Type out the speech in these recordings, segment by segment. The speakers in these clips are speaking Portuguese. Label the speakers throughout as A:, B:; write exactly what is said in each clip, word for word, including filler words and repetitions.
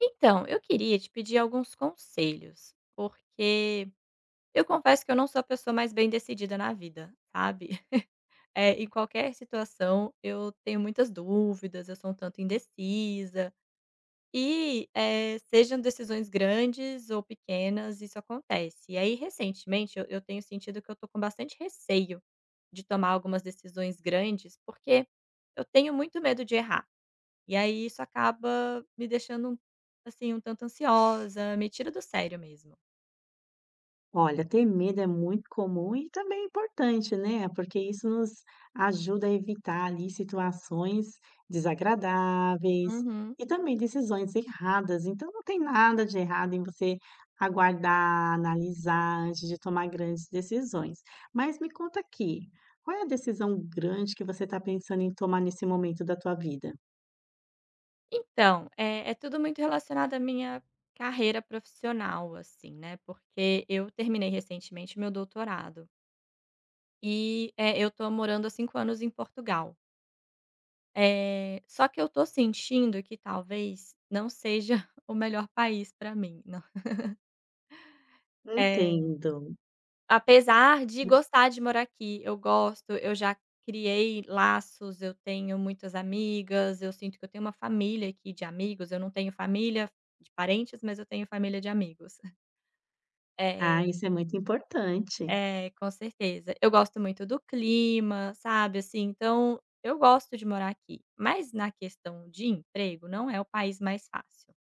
A: Então, eu queria te pedir alguns conselhos, porque eu confesso que eu não sou a pessoa mais bem decidida na vida, sabe? É, em qualquer situação eu tenho muitas dúvidas, eu sou um tanto indecisa. E eh, sejam decisões grandes ou pequenas, isso acontece. E aí, recentemente, eu, eu tenho sentido que eu tô com bastante receio de tomar algumas decisões grandes, porque eu tenho muito medo de errar e aí isso acaba me deixando, um, assim, um tanto ansiosa, me tira do sério mesmo.
B: Olha, ter medo é muito comum e também é importante, né? Porque isso nos ajuda a evitar ali situações desagradáveis
A: Uhum.
B: e também decisões erradas. Então, não tem nada de errado em você aguardar, analisar antes de tomar grandes decisões. Mas me conta aqui, qual é a decisão grande que você está pensando em tomar nesse momento da tua vida?
A: Então, é é tudo muito relacionado à minha carreira profissional, assim, né, porque eu terminei recentemente meu doutorado e, eh, eu estou morando há cinco anos em Portugal. Eh, só que eu estou sentindo que talvez não seja o melhor país para mim, não. Eh
B: Entendo.
A: Apesar de gostar de morar aqui, eu gosto, eu já criei laços, eu tenho muitas amigas, eu sinto que eu tenho uma família aqui de amigos, eu não tenho família de parentes, mas eu tenho família de amigos.
B: Ah,
A: É,
B: isso é muito importante.
A: é, com certeza. Eu gosto muito do clima, sabe, assim, então eu gosto de morar aqui, mas na questão de emprego não é o país mais fácil.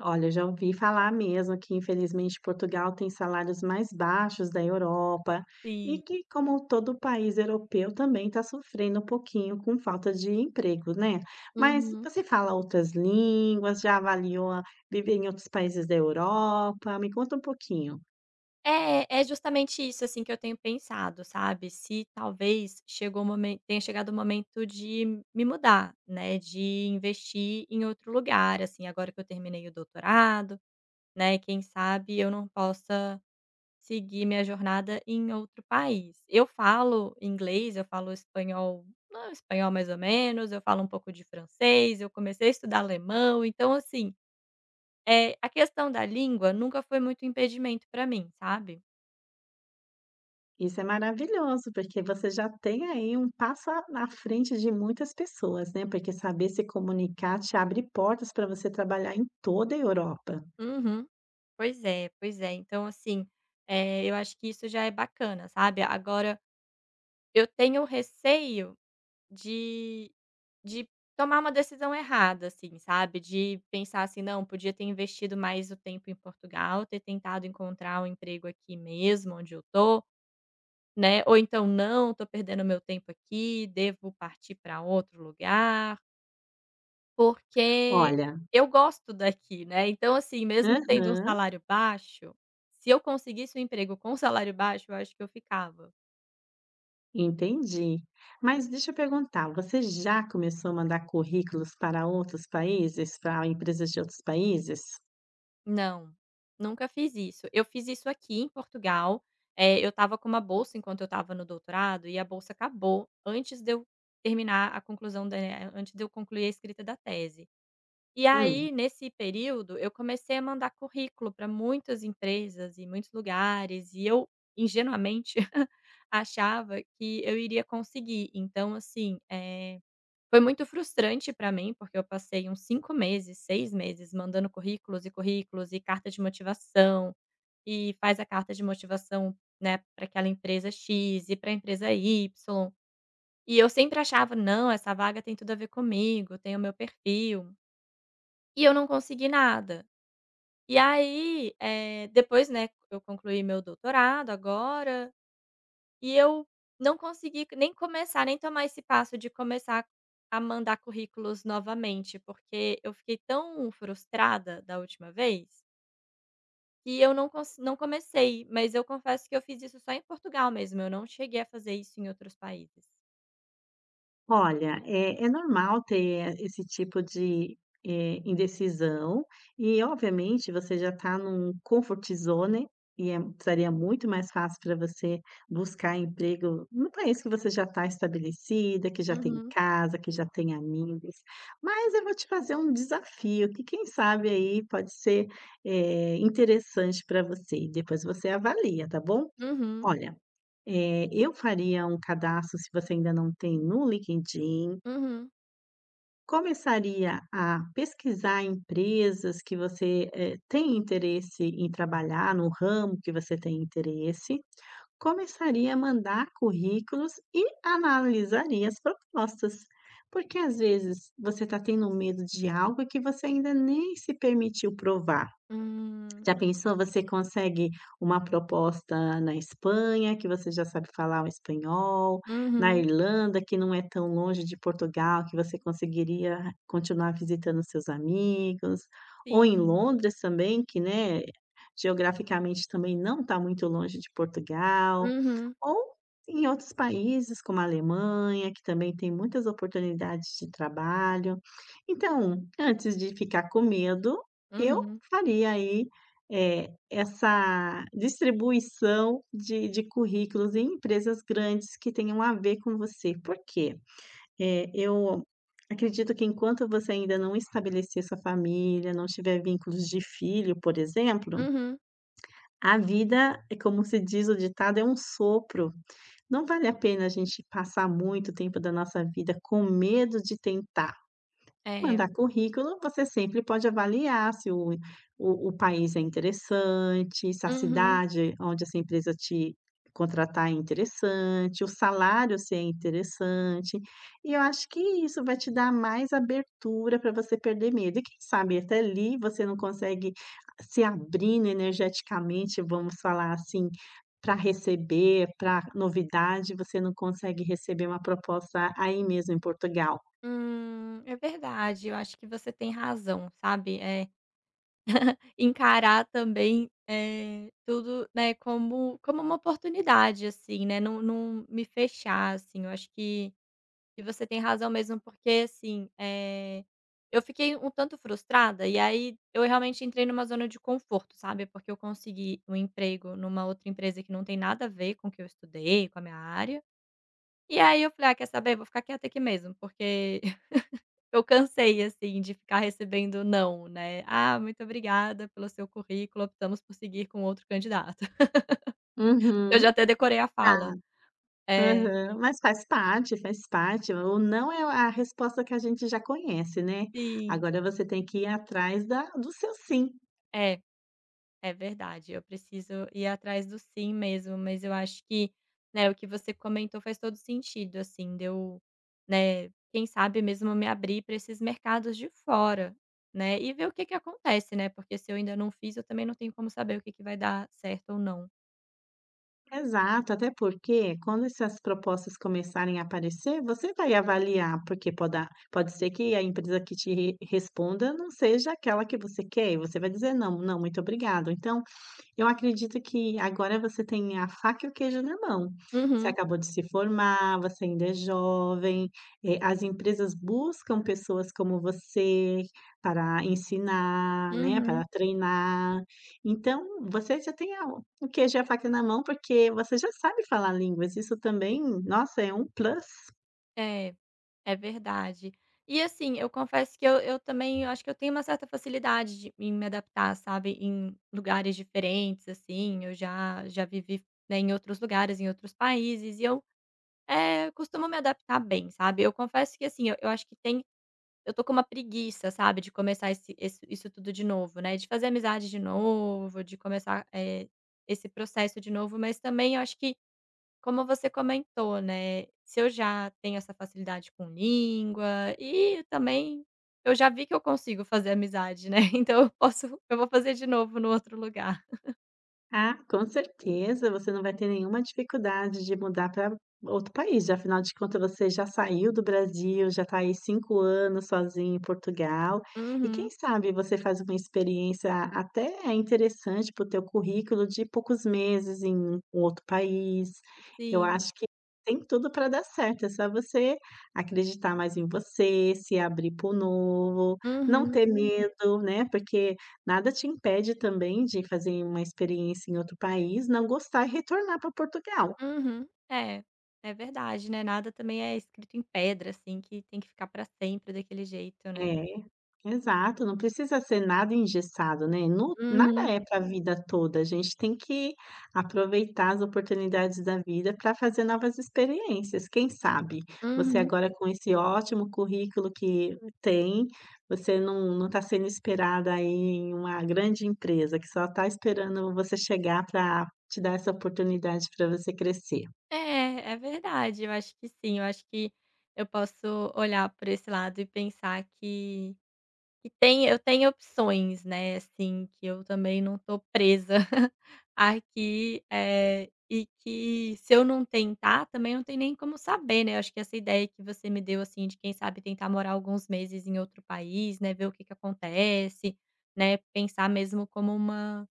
B: Olha, já ouvi falar mesmo que, infelizmente, Portugal tem salários mais baixos da Europa e
A: Sim.
B: que, como todo país europeu, também está sofrendo um pouquinho com falta de emprego, né? Mas
A: Uhum.
B: você fala outras línguas, já avaliou a- viver em outros países da Europa? Me conta um pouquinho.
A: É, é justamente isso, assim, que eu tenho pensado, sabe, se talvez chegou o momento, tenha chegado o momento de me mudar, né, de investir em outro lugar, assim, agora que eu terminei o doutorado, né, quem sabe eu não possa seguir minha jornada em outro país. Eu falo inglês, eu falo espanhol não, espanhol mais ou menos, eu falo um pouco de francês, eu comecei a estudar alemão, então assim, é a questão da língua nunca foi muito impedimento para mim, sabe?
B: Isso é maravilhoso, porque você já tem aí um passo a- na frente de muitas pessoas, né? Porque saber se comunicar te abre portas para você trabalhar em toda a Europa.
A: Uhum. Pois é, pois é. Então assim, eh, eu acho que isso já é bacana, sabe. Agora eu tenho receio de de tomar uma decisão errada, assim, sabe, de pensar assim: "Não, podia ter investido mais o tempo em Portugal, ter tentado encontrar um emprego aqui mesmo onde eu tô, né, ou então: "Não, estou perdendo meu tempo aqui, devo partir para outro lugar". Porque
B: Olha,
A: eu gosto daqui, né, então, assim, mesmo tendo um
B: aham.
A: salário baixo, se eu conseguisse um emprego com salário baixo, eu acho que eu ficava.
B: Entendi. Mas deixa eu perguntar, você já começou a mandar currículos para outros países, para empresas de outros países?
A: Não, nunca fiz isso. Eu fiz isso aqui em Portugal, eh, eu estava com uma bolsa enquanto eu estava no doutorado e a bolsa acabou antes de eu terminar a conclusão da antes de eu concluir a escrita da tese. E
B: Hum.
A: aí, nesse período, eu comecei a mandar currículo para muitas empresas e muitos lugares, e eu ingenuamente achava que eu iria conseguir. Então, assim, eh, foi muito frustrante para mim, porque eu passei uns cinco meses, seis meses mandando currículos e currículos e carta de motivação, e faz a carta de motivação, né, para aquela empresa X e para a empresa Y. E eu sempre achava: "Não, essa vaga tem tudo a ver comigo, tem o meu perfil", e eu não consegui nada. E aí, eh, depois, né, eu concluí meu doutorado agora, e eu não consegui nem começar, nem tomar esse passo de começar a mandar currículos novamente, porque eu fiquei tão frustrada da última vez, que eu não cons não comecei, mas eu confesso que eu fiz isso só em Portugal mesmo, eu não cheguei a fazer isso em outros países.
B: Olha, é é normal ter esse tipo de, eh, indecisão e obviamente você já está num comfort zone e é seria muito mais fácil para você buscar emprego num país que você já está estabelecida, que já tem
A: Uhum,
B: casa, que já tem amigos. Mas eu vou te fazer um desafio que quem sabe aí pode ser, eh, interessante para você e depois você avalia, tá bom?
A: uhum,
B: Olha, eh, eu faria um cadastro, se você ainda não tem, no LinkedIn.
A: uhum,
B: Começaria a pesquisar empresas que você, eh, tem interesse em trabalhar, no ramo que você tem interesse. Começaria a mandar currículos e analisaria as propostas. Porque, às vezes, você está tendo medo de algo que você ainda nem se permitiu provar.
A: hum,
B: Já pensou, você consegue uma proposta na Espanha, que você já sabe falar o espanhol, na
A: uhum,
B: Irlanda, que não é tão longe de Portugal, que você conseguiria continuar visitando seus amigos, ou em
A: sim,
B: Londres também, que, né, geograficamente também não está muito longe de Portugal,
A: uhum,
B: ou em outros países como a Alemanha, que também tem muitas oportunidades de trabalho. Então, antes de ficar com medo, eu
A: uhum,
B: faria aí é, essa distribuição de de currículos em empresas grandes que tenham a ver com você. Por quê? Eh, eu acredito que enquanto você ainda não estabelecer sua família, não tiver vínculos de filho, por exemplo,
A: uhum,
B: a vida é como se diz o ditado, é um sopro. Não vale a pena a gente passar muito tempo da nossa vida com medo de tentar.
A: é,
B: Mandar currículo, você sempre pode avaliar se o o o país é interessante, se a
A: uhum.
B: cidade onde essa empresa te contratar é interessante, o salário se é interessante. E eu acho que isso vai te dar mais abertura para você perder medo. E quem sabe até ali você não consegue se abrindo energeticamente, vamos falar assim, para receber, para novidade, você não consegue receber uma proposta aí mesmo em Portugal.
A: Hum, é verdade, eu acho que você tem razão, sabe. É encarar também, eh, tudo, né, como como uma oportunidade, assim, né, não não me fechar, assim, eu acho que que você tem razão mesmo, porque, assim, eh, eu fiquei um tanto frustrada e aí eu realmente entrei numa zona de conforto, sabe, porque eu consegui um emprego numa outra empresa que não tem nada a ver com o que eu estudei, com a minha área, e aí eu falei: "Ah, quer saber, vou ficar quieta aqui mesmo, porque". Eu cansei, assim, de ficar recebendo "não", né. "Ah, muito obrigada pelo seu currículo, optamos por seguir com outro candidato". Eu
B: Uhum.
A: já até decorei a
B: Ah.
A: fala. É,
B: Aham, mas faz parte, faz parte. O não é a resposta que a gente já conhece, né.
A: sim.
B: Agora você tem que ir atrás da do seu sim.
A: É, é verdade, eu preciso ir atrás do "sim" mesmo, mas eu acho que, né, o que você comentou faz todo sentido, assim. Deu, né, quem sabe mesmo me abrir para esses mercados de fora, né, e ver o que que acontece, né, porque se eu ainda não fiz, eu também não tenho como saber o que que vai dar certo ou não.
B: Exato, até porque quando essas propostas começarem a aparecer, você vai avaliar, porque poda pode ser que a empresa que te re responda não seja aquela que você quer e você vai dizer: "Não, não, muito obrigado". Então, eu acredito que agora você tem a faca e o queijo na mão. Você
A: Uhum,
B: acabou de se formar, você ainda é jovem, eh, as empresas buscam pessoas como você para ensinar, né, para
A: uhum.
B: treinar. Então, você já tem a o o queijo e a faca na mão, porque você já sabe falar línguas. Isso também, nossa, é um plus.
A: É. É verdade. E assim, eu confesso que eu eu também acho que eu tenho uma certa facilidade de em me adaptar, sabe, em lugares diferentes, assim, eu já já vivi, né, em outros lugares, em outros países e eu, eh, costumo me adaptar bem, sabe. Eu confesso que assim, eu eu acho que tem eu tô com uma preguiça, sabe, de começar esse esse isso tudo de novo, né, de fazer amizade de novo, de começar, eh, esse processo de novo, mas também eu acho que como você comentou, né, se eu já tenho essa facilidade com língua e também eu já vi que eu consigo fazer amizade, né, então eu posso eu vou fazer de novo no outro lugar.
B: Ah, com certeza, você não vai ter nenhuma dificuldade de mudar para outro país, afinal de contas você já saiu do Brasil, já está aí cinco anos sozinho em Portugal, e quem
A: Uhum.
B: sabe você faz uma experiência até é interessante para o teu currículo de poucos meses em um outro país. Eu
A: Sim.
B: acho que tem tudo para dar certo, é só você acreditar mais em você, se abrir para o novo, não
A: Uhum.
B: ter medo, né, porque nada te impede também de fazer uma experiência em outro país, não gostar e retornar para Portugal.
A: Uhum. É, é verdade, né, nada também é escrito em pedra, assim, que tem que ficar pra sempre daquele jeito, né.
B: É, exato, não precisa ser nada engessado, né, nu nada
A: Uhum.
B: é para a vida toda, a gente tem que aproveitar as oportunidades da vida para fazer novas experiências, quem sabe. Você
A: Uhum.
B: agora com esse ótimo currículo que tem, você não não está sendo esperada aí em uma grande empresa que só está esperando você chegar para te dar essa oportunidade para você crescer.
A: É, é verdade, eu acho que sim, eu acho que eu posso olhar por esse lado e pensar que E tem eu tenho opções, né, assim, que eu também não tô presa aqui, eh, e que se eu não tentar, também não tem nem como saber, né, eu acho que essa ideia que você me deu, assim, de quem sabe tentar morar alguns meses em outro país, né, ver o que que acontece, né, pensar mesmo como uma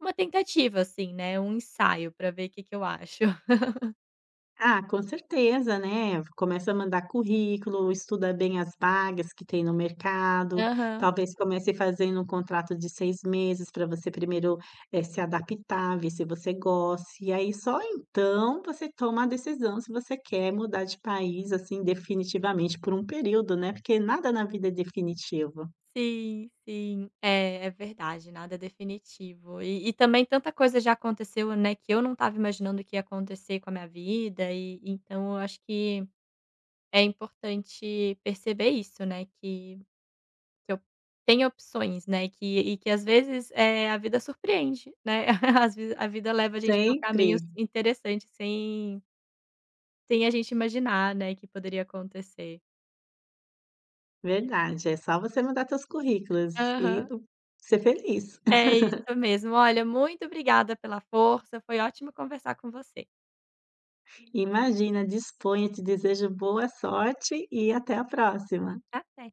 A: uma tentativa, assim, né, um ensaio para ver o que que eu acho.
B: Ah, com certeza, né. Começa a mandar currículo, estuda bem as vagas que tem no mercado,
A: Aham.
B: talvez comece fazendo um contrato de seis meses para você primeiro, eh, se adaptar, ver se você gosta, e aí só então você toma a decisão se você quer mudar de país, assim, definitivamente por um período, né, porque nada na vida é definitivo.
A: Sim, sim. É, é verdade, nada definitivo. E e também tanta coisa já aconteceu, né, que eu não estava imaginando que ia acontecer com a minha vida e então eu acho que é importante perceber isso, né, que que eu tenho opções, né. E que e que às vezes, eh, a vida surpreende, né. Às vezes a vida leva a gente para
B: Sempre,
A: caminhos interessantes sem sem a gente imaginar, né, que poderia acontecer.
B: verdade, é só você mandar seus currículos e
A: Aham.
B: uh, ser feliz.
A: É isso mesmo. Olha, muito obrigada pela força, foi ótimo conversar com você.
B: Imagina, disponha, te desejo boa sorte e até a próxima.
A: Até.